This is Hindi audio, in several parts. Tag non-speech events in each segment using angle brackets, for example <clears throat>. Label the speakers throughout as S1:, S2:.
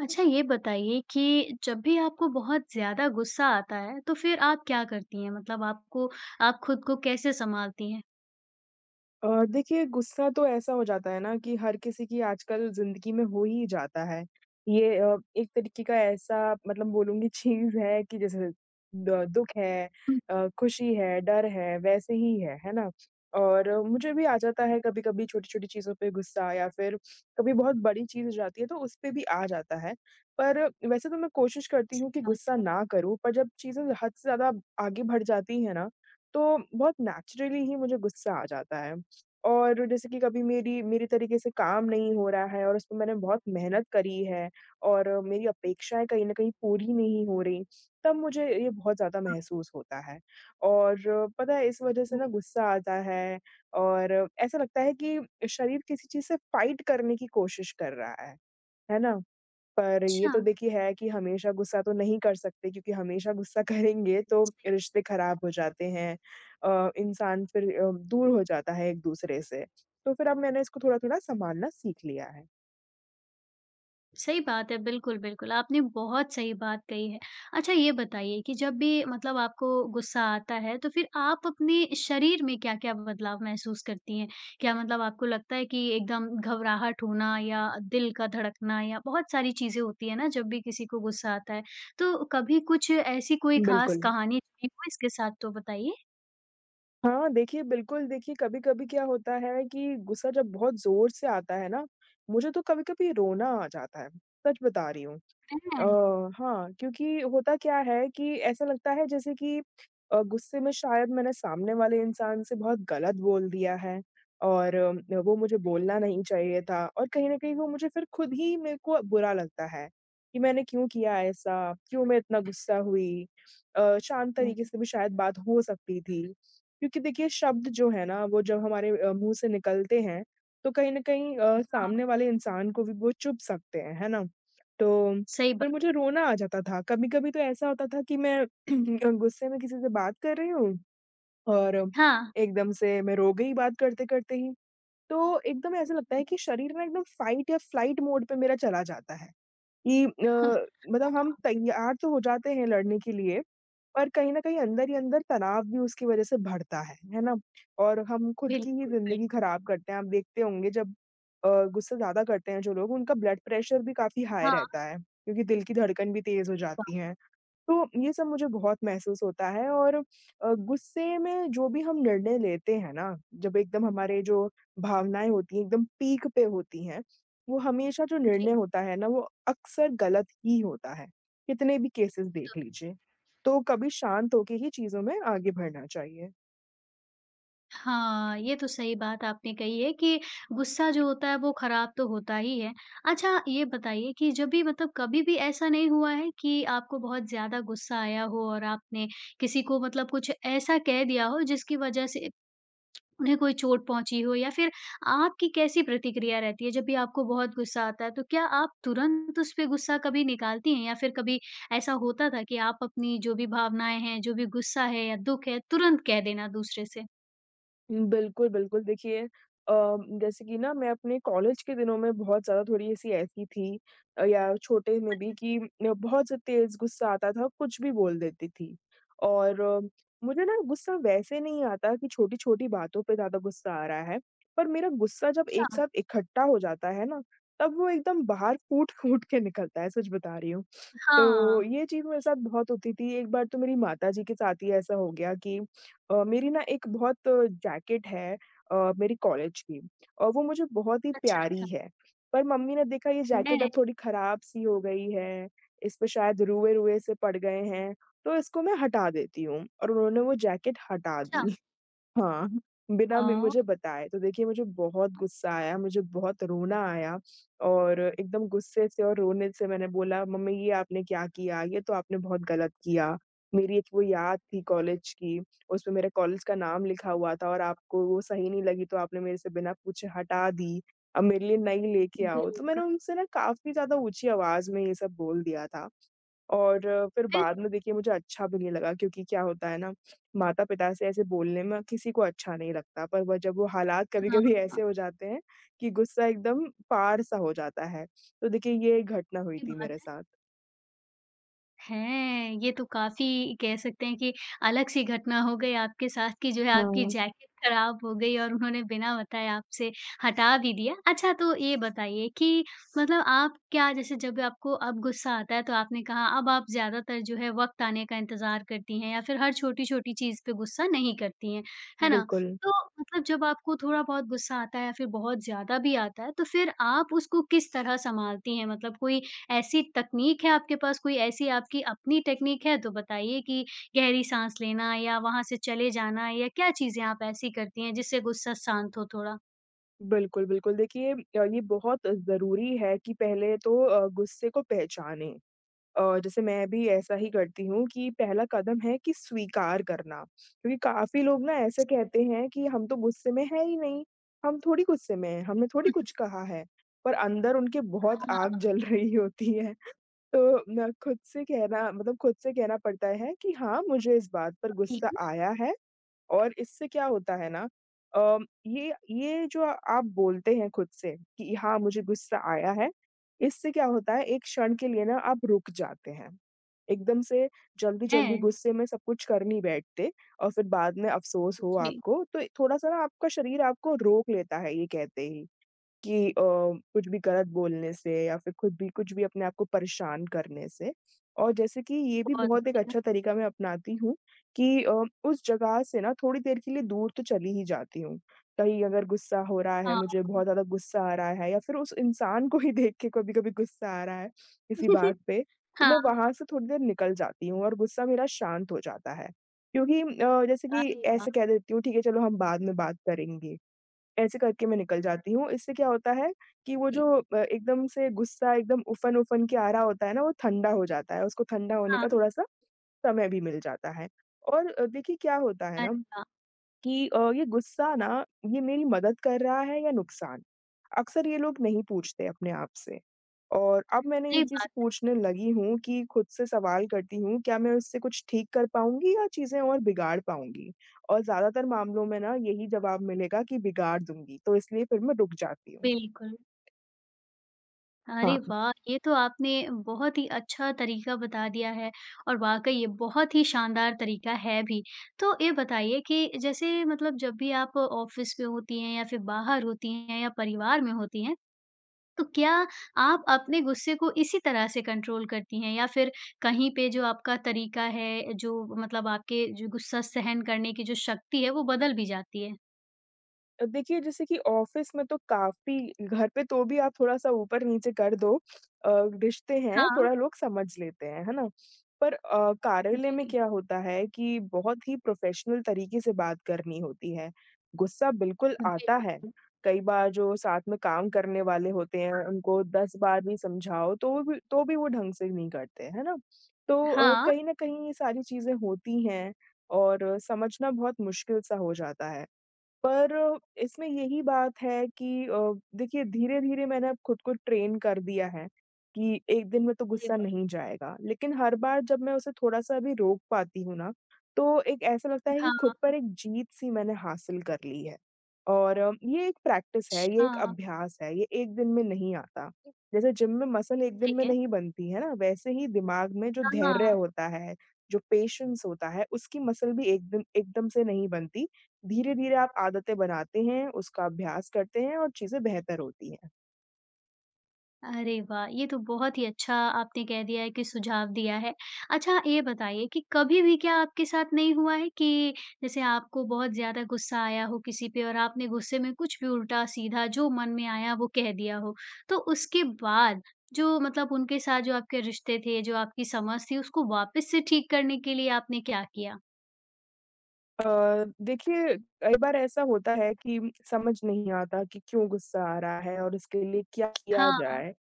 S1: अच्छा ये बताइए कि जब भी आपको बहुत ज़्यादा गुस्सा आता है, तो फिर आप क्या करती हैं? मतलब आपको आप खुद को कैसे सँभालती हैं?
S2: देखिए गुस्सा तो ऐसा हो जाता है ना कि हर किसी की आजकल ज़िंदगी में हो ही जाता है। ये एक तरीके का ऐसा मतलब बोलूँगी चीज़ है कि जैसे द दुःख है
S1: हुँ,
S2: खुशी है, डर है, वैसे ही है ना? और मुझे भी आ जाता है कभी-कभी छोटी-छोटी चीज़ों पे गुस्सा या फिर कभी बहुत बड़ी चीज़ हो जाती है तो उस पे भी आ जाता है। पर वैसे तो मैं कोशिश करती हूँ कि गुस्सा ना करूँ, पर जब चीज़ें हद से ज़्यादा आगे बढ़ जाती हैं ना, तो बहुत नेचुरली ही मुझे गुस्सा आ जाता है। और जैसे कि कभी मेरी मेरे तरीके से काम नहीं हो रहा है और उसमें मैंने बहुत मेहनत करी है और मेरी अपेक्षाएँ कहीं न कहीं पूरी नहीं हो रहीं, तब मुझे ये बहुत ज़्यादा महसूस होता है। और पता है इस वज़ह से
S1: हुँ।
S2: ना गुस्सा आता है और ऐसा लगता है कि शरीर किसी चीज़ से फ़ाइट करने की कोशिश कर रहा है ना? पर ये
S1: अच्छा।
S2: तो देखिए है कि हमेशा गुस्सा तो नहीं कर सकते क्योंकि हमेशा गुस्सा <laughs> करेंगे तो रिश्ते खराब हो जाते हैं। इंसान फिर दूर हो जाता है एक-दूसरे से। तो फिर अब मैंने इसको थोड़ा-थोड़ा सँभालना सीख लिया है।
S1: सही बात है, बिल्कुल, आपने बहुत सही बात कही है। अच्छा ये बताइए कि जब भी आपको गुस्सा आता है, तो फिर आप अपने शरीर में क्या-क्या बदलाव महसूस करती हैं? क्या मतलब आपको लगता है कि एकदम घबराहट होना या दिल का धड़कना या बहुत सारी चीज़ें होती हैं ना, जब भी किसी को गुस्सा आता है। तो कभी कुछ ऐसी कोई ख़ास
S2: बिल्कुल।
S1: कहानी जुड़ी हो इसके साथ तो बताइए?
S2: हाँ, देखिए बिल्कुल देखिए कभी-कभी क्या होता है कि गुस्सा जब बहुत ज़ोर से आता है ना, मुझे तो कभी-कभी रोना आ जाता है। सच बता रही हूँ। अ,
S1: हैं।
S2: हाँ, क्योंकि होता क्या है कि ऐसा लगता है जैसे कि गुस्से में शायद मैंने सामने वाले इंसान से बहुत गलत बोल दिया है और वो मुझे बोलना नहीं चाहिए था और कहीं न कहीं वो मुझे फिर खुद ही मेरे को बुरा लगता है, कि मैंने क्यों किया ऐसा? क्यों मैं इतना गुस्सा हुई? शांत
S1: हुँ,
S2: तरीके से भी शायद बात हो सकती थी। क्योंकि देखिए शब्द जो है ना वो जब हमारे मुँह से निकलते हैं, तो कहीं न कहीं
S1: हाँ,
S2: सामने वाले इंसान को भी वो चुभ सकते हैं, है ना? तो
S1: सही
S2: फिर
S1: बात
S2: मुझे रोना आ जाता था। कभी-कभी तो ऐसा होता था कि मैं
S1: है।
S2: <clears throat> गुस्से में किसी से बात कर रही हूँ और
S1: हाँ।
S2: एकदम से मैं रो गई बात करते-करते ही। तो एकदम ऐसा लगता है कि शरीर ना एकदम फ़ाइट या फ़्लाइट मोड पे मेरा चला जाता है। कि
S1: <laughs> हाँ,
S2: मतलब हम तैयार तो हो जाते हैं लड़ने के लिए, पर कहीं न कहीं अंदर ही अंदर तनाव भी उसकी वज़ह से बढ़ता है ना? और हम खुद की ही
S1: बिल्कुल,
S2: ज़िंदगी
S1: बिल्कुल।
S2: खराब करते हैं। आप देखते होंगे जब अ, गुस्सा ज़्यादा करते हैं जो लोग, उनका ब्लड प्रेशर भी काफ़ी हाई
S1: हाँ,
S2: रहता है, क्योंकि दिल की धड़कन भी तेज़ हो जाती
S1: वाह!
S2: है। तो ये सब मुझे बहुत महसूस होता है और गुस्से में जो भी हम निर्णय लेते हैं ना, जब एकदम हमारे जो भावनाएँ होती हैं, एकदम पीक पे होती हैं, वो हमेशा जो
S1: जी।
S2: निर्णय होता है ना, वो अक्सर गलत ही होता है, कितने भी केसेज़ देख लीजिए। तो कभी शांत होके ही चीज़ों में आगे बढ़ना चाहिए।
S1: हाँ, ये तो सही बात आपने कही है कि गुस्सा जो होता है वो खराब तो होता ही है। अच्छा ये बताइए कि जब भी मतलब कभी भी ऐसा नहीं हुआ है कि आपको बहुत ज़्यादा गुस्सा आया हो और आपने किसी को मतलब कुछ ऐसा कह दिया हो जिसकी वजह से उन्हें कोई चोट पहुँची हो या फिर आपकी कैसी प्रतिक्रिया रहती है जब भी आपको बहुत गुस्सा आता है? तो क्या आप तुरंत उस पे गुस्सा कभी निकालती हैं या फिर कभी ऐसा होता था कि आप अपनी जो भी भावनाएँ हैं, जो भी गुस्सा है या दुःख है तुरंत कह देना दूसरे से?
S2: बिल्कुल, बिल्कुल। देखिए अ, जैसे कि ना मैं अपने कॉलेज के दिनों में बहुत ज़्यादा थोड़ी-सी ऐसी ऐसी थी या छोटे में भी कि बहुत ज़्यादा तेज़ गुस्सा आता था, कुछ भी बोल देती थी। और मुझे ना गुस्सा वैसे नहीं आता कि छोटी-छोटी बातों पे ज़्यादा गुस्सा आ रहा है, पर मेरा गुस्सा जब एक साथ इकट्ठा हो जाता है ना, तब वो एकदम बाहर फूट-फूट के निकलता है, सच बता रही हूँ।
S1: हाँ,
S2: तो ये चीज़ मेरे साथ बहुत होती थी। एक बार तो मेरी माताजी के साथ ही ऐसा हो गया कि मेरी ना एक बहुत जैकेट है मेरी कॉलेज की और वो मुझे बहुत ही
S1: अच्छा,
S2: प्यारी
S1: अच्छा,
S2: है। पर मम्मी ने देखा ये
S1: हुँ।
S2: जैकेट
S1: है,
S2: अब थोड़ी ख़राब-सी हो गई है, इस पे शायद रुए-रुए से पड़ गए हैं, तो इसको मैं हटा देती हूँ और उन्होंने वो जैकेट हटा
S1: अच्छा।
S2: दी। हाँ, बिना में
S1: हाँ,
S2: मुझे बताए। तो देखिए मुझे बहुत गुस्सा आया, मुझे बहुत रोना आया और एकदम गुस्से से और रोने से मैंने बोला, "मम्मी ये आपने क्या किया? ये तो आपने बहुत गलत किया।" मेरी एक वो याद थी कॉलेज की, उसमें मेरे कॉलेज का नाम लिखा हुआ था और आपको वो सही नहीं लगी तो आपने मेरे से बिना पूछे हटा दी। अब मेरे लिए नई लेके आओ। तो मैंने
S1: बिल्कुल,
S2: उनसे ना काफ़ी ज़्यादा ऊँची आवाज़ में ये सब बोल दिया था। और फिर
S1: फिर?
S2: बाद में देखिए मुझे अच्छा भी नहीं लगा क्योंकि क्या होता है ना, माता-पिता से ऐसे बोलने में किसी को अच्छा नहीं लगता, पर वो हालात
S1: हाँ,
S2: कभी-कभी ऐसे हो जाते हैं कि गुस्सा एकदम पार-सा हो जाता है। तो देखिए ये एक घटना हुई
S1: आपकी
S2: थी
S1: बात
S2: मेरे साथ।
S1: हैं, ये तो काफ़ी कह सकते हैं कि अलग-सी घटना हो गई आपके साथ कि जो है आपकी
S2: हाँ,
S1: जैकेट खराब हो गई और उन्होंने बिना बताए आपसे हटा भी दिया। अच्छा तो ये बताइए कि मतलब आप क्या जैसे जब आपको अब गुस्सा आता है तो आपने कहा अब आप ज़्यादातर जो है वक़्त आने का इंतज़ार करती हैं या फिर हर छोटी-छोटी चीज़ पे गुस्सा नहीं करती हैं, है ना?
S2: बिल्कुल।
S1: तो मतलब जब आपको थोड़ा-बहुत गुस्सा आता है या फिर बहुत ज़्यादा भी आता है, तो फिर आप उसको किस तरह सँभालती हैं? मतलब कोई ऐसी तकनीक है आपके पास, कोई ऐसी आपकी अपनी टेक्नीक है तो बताइए कि गहरी साँस लेना या वहाँ से चले जाना या क्या चीज़ें आप ऐसी करती हैं जिससे गुस्सा शांत हो थोड़ा?
S2: बिल्कुल, बिल्कुल। देखिए ये बहुत ज़रूरी है कि पहले तो गुस्से को पहचानें। जैसे मैं भी ऐसा ही करती हूँ कि पहला कदम है कि स्वीकार करना, क्योंकि काफ़ी लोग ना ऐसे कहते हैं कि हम तो गुस्से में हैं ही नहीं, हम थोड़ी गुस्से में हैं, हमने थोड़ी
S1: <laughs> हुँ,
S2: कुछ कहा है, पर अंदर उनके बहुत
S1: हाँ,
S2: आग जल <laughs> रही होती है। तो ना खुद से कहना मतलब खुद से कहना पड़ता है कि हाँ, मुझे इस बात पर गुस्सा
S1: बिल्कुल।
S2: आया है। और इससे क्या होता है ना अ, ये जो आप बोलते हैं खुद से कि हाँ, मुझे गुस्सा आया है, इससे क्या होता है एक क्षण के लिए ना आप रुक जाते हैं। एकदम से
S1: है।
S2: जल्दी-जल्दी गुस्से में सब कुछ कर नहीं बैठते और फिर बाद में अफ़सोस हो
S1: जी।
S2: आपको, तो थोड़ा-सा ना आपका शरीर आपको रोक लेता है ये कहते ही। कि कुछ भी गलत बोलने से या फिर खुद भी कुछ भी अपने आप को परेशान करने से। और जैसे कि ये भी
S1: बहुत
S2: बहुत एक
S1: बढ़िया।
S2: अच्छा तरीका मैं अपनाती हूँ कि उस जगह से ना थोड़ी देर के लिए दूर तो चली ही जाती हूँ। कहीं अगर गुस्सा हो रहा है,
S1: हाँ।
S2: मुझे बहुत ज़्यादा गुस्सा आ रहा है या फिर उस इंसान को ही देख के कभी-कभी गुस्सा आ रहा है किसी बात
S1: <laughs>
S2: पे, तो
S1: हाँ,
S2: मैं वहाँ से थोड़ी देर निकल जाती हूँ और गुस्सा मेरा शांत हो जाता है। क्योंकि जैसे कि
S1: अरे वाह!
S2: ऐसे कह देती हूँ ठीक है चलो हम बाद में बात करेंगे। ऐसे करके मैं निकल जाती हूँ। इससे क्या होता है कि वो जो
S1: जी,
S2: एकदम से गुस्सा एकदम उफन-उफन के आ रहा होता है ना, वो ठंडा हो जाता है, उसको ठंडा होने
S1: हाँ,
S2: का थोड़ा-सा समय भी मिल जाता है। और देखिए क्या होता है
S1: अरे
S2: ना
S1: वाह!
S2: कि ये गुस्सा ना ये मेरी मदद कर रहा है या नुकसान? अक्सर ये लोग नहीं पूछते अपने आप से। और अब मैंने ये
S1: सही
S2: चीज़
S1: बात है,
S2: पूछने लगी हूँ कि खुद से सवाल करती हूँ, क्या मैं उससे कुछ ठीक कर पाऊँगी या चीज़ें और बिगाड़ पाऊँगी? और ज़्यादातर मामलों में ना यही जवाब मिलेगा कि बिगाड़ दूँगी, तो इसलिए फिर मैं रुक जाती हूँ।
S1: बिल्कुल। अरे
S2: हाँ।
S1: वाह! ये तो आपने बहुत ही अच्छा तरीका बता दिया है और वाक़ई ये बहुत ही शानदार तरीका है भी। तो ये बताइए कि जैसे मतलब जब भी आप ऑफ़िस में होती हैं या फिर बाहर होती हैं या परिवार में होती हैं, तो क्या आप अपने गुस्से को इसी तरह से कंट्रोल करती हैं या फिर कहीं पे जो आपका तरीका है, जो मतलब आपके जो गुस्सा सहन करने की जो शक्ति है, वो बदल भी जाती है?
S2: देखिए जैसे कि ऑफ़िस में तो काफ़ी घर पे तो भी आप थोड़ा-सा ऊपर-नीचे कर दो अ, रिश्ते हैं,
S1: हाँ।
S2: थोड़ा लोग समझ लेते हैं, है ना? पर कार्यालय में
S1: जी,
S2: क्या होता है कि बहुत ही प्रोफ़ेशनल तरीके से बात करनी होती है। गुस्सा बिल्कुल आता है।
S1: बिल्कुल।
S2: कई बार जो साथ में काम करने वाले होते हैं, उनको 10 बार भी समझाओ तो भी वो ढंग से नहीं करते, है ना? तो
S1: हाँ।
S2: कहीं न कहीं ये सारी चीज़ें होती हैं और समझना बहुत मुश्किल-सा हो जाता है। पर इसमें यही बात है कि देखिए धीरे-धीरे मैंने अब खुद को ट्रेन कर दिया है कि एक दिन में तो
S1: अरे
S2: गुस्सा
S1: वाह!
S2: नहीं जाएगा। लेकिन हर बार जब मैं उसे थोड़ा-सा भी रोक पाती हूँ ना, तो एक ऐसा लगता है कि
S1: हाँ,
S2: खुद पर एक जीत-सी मैंने हासिल कर ली है। और ये एक प्रैक्टिस है, ये एक
S1: अच्छा,
S2: अभ्यास है, ये एक दिन में नहीं आता। जैसे जिम में मसल एक दिन
S1: सही
S2: में
S1: है।
S2: नहीं बनती है ना, वैसे ही दिमाग में जो धैर्य
S1: हाँ,
S2: होता है, जो पेशेंस होता है, उसकी मसल भी एक दिन एकदम से नहीं बनती। धीरे-धीरे आप आदतें बनाते हैं, उसका अभ्यास करते हैं और चीज़ें बेहतर होती हैं।
S1: अरे वाह! ये तो बहुत ही अच्छा आपने कह दिया है कि सुझाव दिया है। अच्छा ये बताइए कि कभी भी क्या आपके साथ नहीं हुआ है कि जैसे आपको बहुत ज़्यादा गुस्सा आया हो किसी पे और आपने गुस्से में कुछ भी उल्टा-सीधा जो मन में आया वो कह दिया हो? तो उसके बाद जो मतलब उनके साथ जो आपके रिश्ते थे, जो आपकी समझ थी उसको वापस से ठीक करने के लिए आपने क्या किया?
S2: देखिए कई बार ऐसा होता है कि समझ नहीं आता कि क्यों गुस्सा आ रहा है और इसके लिए क्या किया
S1: हाँ,
S2: जाए?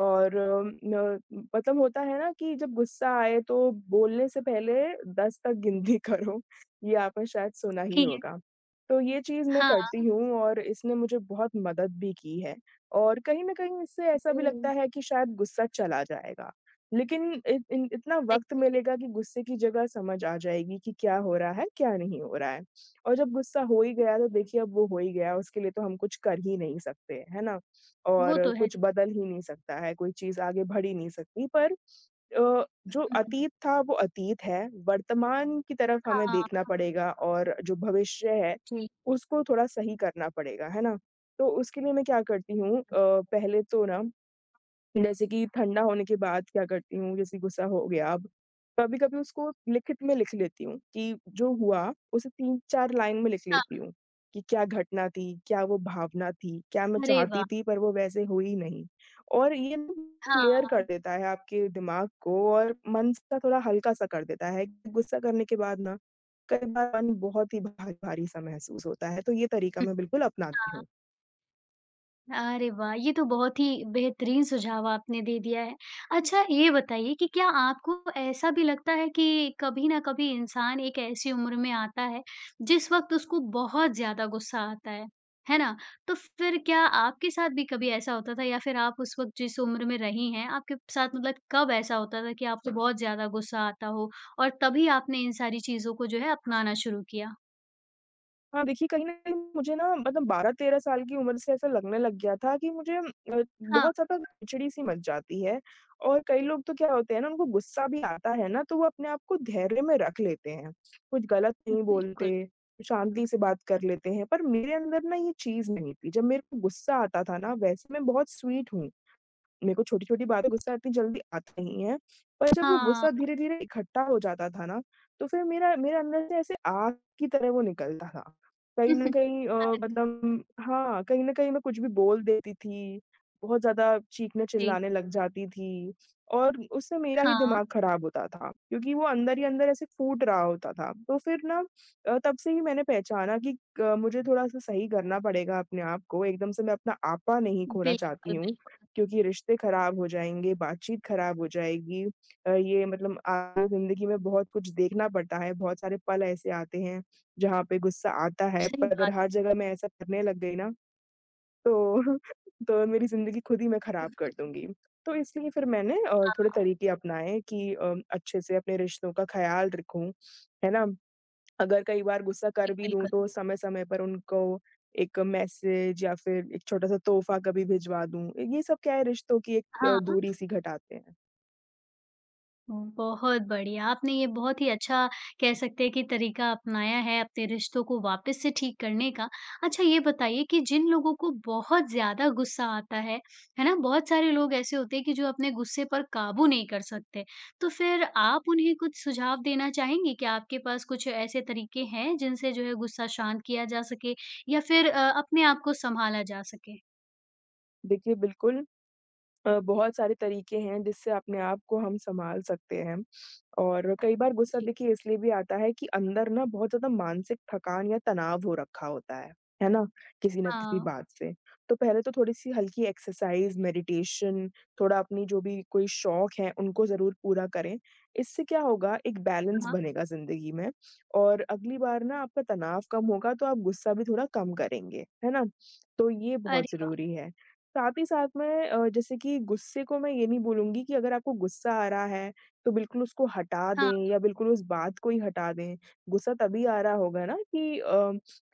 S2: और न मतलब होता है ना कि जब गुस्सा आए तो बोलने से पहले 10 तक गिनती <laughs> करो, ये आपने शायद सुना ही
S1: ठीक है।
S2: होगा। तो ये चीज़ मैं
S1: हाँ,
S2: करती हूँ और इसने मुझे बहुत मदद भी की है और कहीं न कहीं इससे ऐसा भी
S1: वो
S2: लगता है कि शायद गुस्सा चला जाएगा। लेकिन इत इन इतना
S1: सही
S2: वक़्त मिलेगा कि गुस्से की जगह समझ आ जाएगी कि क्या हो रहा है, क्या नहीं हो रहा है। और जब गुस्सा हो ही गया तो देखिए अब वो हो ही गया, उसके लिए तो हम कुछ कर ही नहीं सकते, है ना?
S1: वो
S2: और
S1: तो है।
S2: कुछ बदल ही नहीं सकता है, कोई चीज़ आगे बढ़ ही नहीं सकती पर जो
S1: हुँ,
S2: अतीत था वो अतीत है, वर्तमान की तरफ हमें
S1: हाँ,
S2: देखना पड़ेगा और जो भविष्य है,
S1: जी।
S2: उसको थोड़ा सही करना पड़ेगा, है ना? तो उसके लिए मैं क्या करती हूँ पहले तो ना जैसे कि ठंडा होने के बाद क्या करती हूँ, जैसे गुस्सा हो गया अब, कभी-कभी उसको लिखित में लिख लेती हूँ कि जो हुआ उसे 3-4 लाइन में लिख
S1: हाँ,
S2: लेती हूँ, कि क्या घटना थी, क्या वो भावना थी, क्या मैं
S1: अरे
S2: चाहती
S1: वाह!
S2: थी पर वो वैसे हुई नहीं। और ये क्लियर कर
S1: हाँ।
S2: देता है आपके दिमाग को और मन सा थोड़ा हल्का-सा कर देता है, गुस्सा करने के बाद ना, कई बार मन बहुत ही भारी-भारी सा महसूस होता है, तो ये तरीका मैं बिल्कुल अपनाती
S1: हाँ,
S2: हूँ।
S1: अरे वाह! ये तो बहुत ही बेहतरीन सुझाव आपने दे दिया है। अच्छा ये बताइए कि क्या आपको ऐसा भी लगता है कि कभी न कभी इंसान एक ऐसी उम्र में आता है, जिस वक़्त उसको बहुत ज़्यादा गुस्सा आता है ना? तो फिर क्या आपके साथ भी कभी ऐसा होता था या फिर आप उस वक़्त जिस उम्र में रही हैं, आपके साथ मतलब कब ऐसा होता था कि आपको बहुत ज़्यादा गुस्सा आता हो और तभी आपने इन सारी चीज़ों को जो है अपनाना शुरू किया?
S2: हाँ, देखिए कहीं न कहीं मुझे ना मतलब 12-13 साल की उम्र से ऐसा लगने लग गया था कि मुझे
S1: हाँ,
S2: बहुत ज़्यादा खिचड़ी-सी मच जाती है और कई लोग तो क्या होते हैं ना, उनको गुस्सा भी आता है ना, तो वो अपने आप को धैर्य में रख लेते हैं। कुछ गलत नहीं
S1: बिल्कुल।
S2: बोलते, शांति से बात कर लेते हैं, पर मेरे अंदर ना ये चीज़ नहीं थी। जब मेरे को गुस्सा आता था ना, वैसे मैं बहुत स्वीट हूँ। मेरे को छोटी-छोटी बातें गुस्सा इतनी जल्दी आता नहीं है, पर जब वो
S1: हाँ।
S2: गुस्सा धीरे-धीरे इकट्ठा हो जाता था ना, तो फिर मेरा मेरे अंदर से ऐसे आग की तरह वो निकलता था। कहीं न
S1: <laughs>
S2: कहीं
S1: अरे!
S2: मतलब हाँ, कहीं न कहीं मैं कुछ भी बोल देती थी, बहुत ज़्यादा
S1: जी।
S2: चीखने-चिल्लाने लग जाती थी और उससे मेरा ही
S1: हाँ,
S2: दिमाग खराब होता था, क्योंकि वो अंदर ही अंदर ऐसे फूट रहा होता था। तो फिर ना तब से ही मैंने पहचाना कि क मुझे थोड़ा-सा सही करना पड़ेगा अपने आप को, एकदम से मैं अपना आपा नहीं खोना चाहती
S1: बिल्कुल,
S2: हूँ।
S1: बिल्कुल,
S2: क्योंकि रिश्ते खराब हो जाएँगे, बातचीत खराब हो जाएगी। ये मतलब आगे ज़िंदगी में बहुत कुछ देखना पड़ता है, बहुत सारे पल ऐसे आते हैं, जहाँ पे गुस्सा आता है,
S1: सही
S2: पर अगर
S1: बात।
S2: हर जगह मैं ऐसा करने लग गई ना, तो <laughs> तो मेरी ज़िंदगी खुद ही मैं खराब कर दूँगी। तो इसलिए फिर मैंने थोड़े
S1: हाँ,
S2: तरीके अपनाए कि अच्छे से अपने रिश्तों का ख़्याल रखूँ, है ना? अगर कई बार गुस्सा
S1: जी,
S2: कर भी दूँ
S1: बिल्कुल।
S2: तो समय-समय पर उनको एक मैसेज या फिर एक छोटा-सा तोहफ़ा कभी भिजवा दूँ। ये सब क्या है रिश्तों की एक
S1: हाँ,
S2: दूरी-सी घटाते हैं।
S1: बहुत बढ़िया, आपने ये बहुत ही अच्छा कह सकते हैं कि तरीका अपनाया है अपने रिश्तों को वापस से ठीक करने का। अच्छा ये बताइए कि जिन लोगों को बहुत ज़्यादा गुस्सा आता है ना? बहुत सारे लोग ऐसे होते हैं कि जो अपने गुस्से पर काबू नहीं कर सकते, तो फिर आप उन्हें कुछ सुझाव देना चाहेंगे? क्या आपके पास कुछ ऐसे तरीके हैं जिनसे जो है गुस्सा शांत किया जा सके या फिर अपने आप को सँभाला जा सके?
S2: देखिए बिल्कुल बहुत सारे तरीके हैं जिससे अपने आप को हम सँभाल सकते हैं। और कई बार गुस्सा
S1: जी।
S2: देखिए इसलिए भी आता है कि अंदर ना बहुत ज़्यादा मानसिक थकान या तनाव हो रखा होता है ना? किसी न किसी
S1: हाँ,
S2: बात से। तो पहले तो थोड़ी-सी हल्की एक्सरसाइज़, मेडिटेशन, थोड़ा अपनी जो भी कोई शौक है उनको ज़रूर पूरा करें। इससे क्या होगा एक बैलेंस
S1: हाँ।
S2: बनेगा ज़िंदगी में और अगली बार ना आपका तनाव कम होगा तो आप गुस्सा भी थोड़ा कम करेंगे, है ना? तो ये बहुत
S1: अरे वाह!
S2: ज़रूरी है। साथ ही साथ मैं जैसे कि गुस्से को मैं ये नहीं बोलूँगी कि अगर आपको गुस्सा आ रहा है, तो बिल्कुल उसको हटा
S1: हाँ,
S2: दें या बिल्कुल उस बात को ही हटा दें। गुस्सा तभी आ रहा होगा ना कि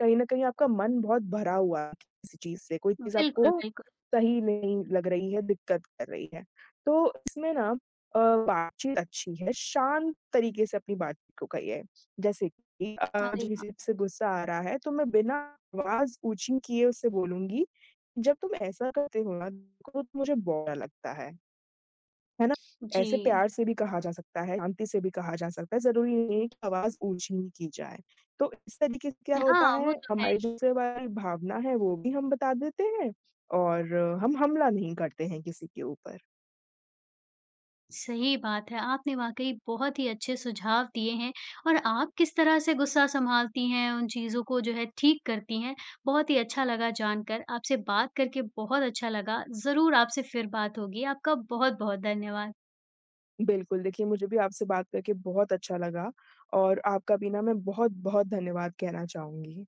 S2: कहीं न कहीं आपका मन बहुत भरा हुआ है किसी चीज़ से, कोई चीज़
S1: बिल्कुल,
S2: आपको
S1: बिल्कुल।
S2: सही नहीं लग रही है, दिक्कत कर रही है। तो इसमें ना अ, बातचीत अच्छी है, शांत तरीके से अपनी बातचीत को कहिए। जैसे कि
S1: अरे
S2: मुझे
S1: वाह!
S2: किसी से गुस्सा आ रहा है, तो मैं बिना आवाज़ ऊँची किए उससे बोलूँगी जब तुम ऐसा करते हो ना तो मुझे बुरा लगता है ना? ऐसे
S1: जी।
S2: प्यार से भी कहा जा सकता है, शांति से भी कहा जा सकता है, ज़रूरी नहीं है कि आवाज़ ऊँची ही की जाए। तो इस तरीके से क्या होता
S1: हाँ, वो
S2: है
S1: तो है
S2: हमारी
S1: ही।
S2: जैसे हमारी भावना है वो भी हम बता देते हैं और हम हमला नहीं करते हैं किसी के ऊपर।
S1: सही बात है, आपने वाक़ई बहुत ही अच्छे सुझाव दिए हैं और आप किस तरह से गुस्सा सँभालती हैं, उन चीज़ों को जो है ठीक करती हैं, बहुत ही अच्छा लगा जानकर। आपसे बात करके बहुत अच्छा लगा। ज़रूर आपसे फिर बात होगी। आपका बहुत-बहुत धन्यवाद।
S2: बिल्कुल, देखिए मुझे भी आपसे बात करके बहुत अच्छा लगा और आपका भी ना मैं बहुत-बहुत धन्यवाद कहना चाहूँगी।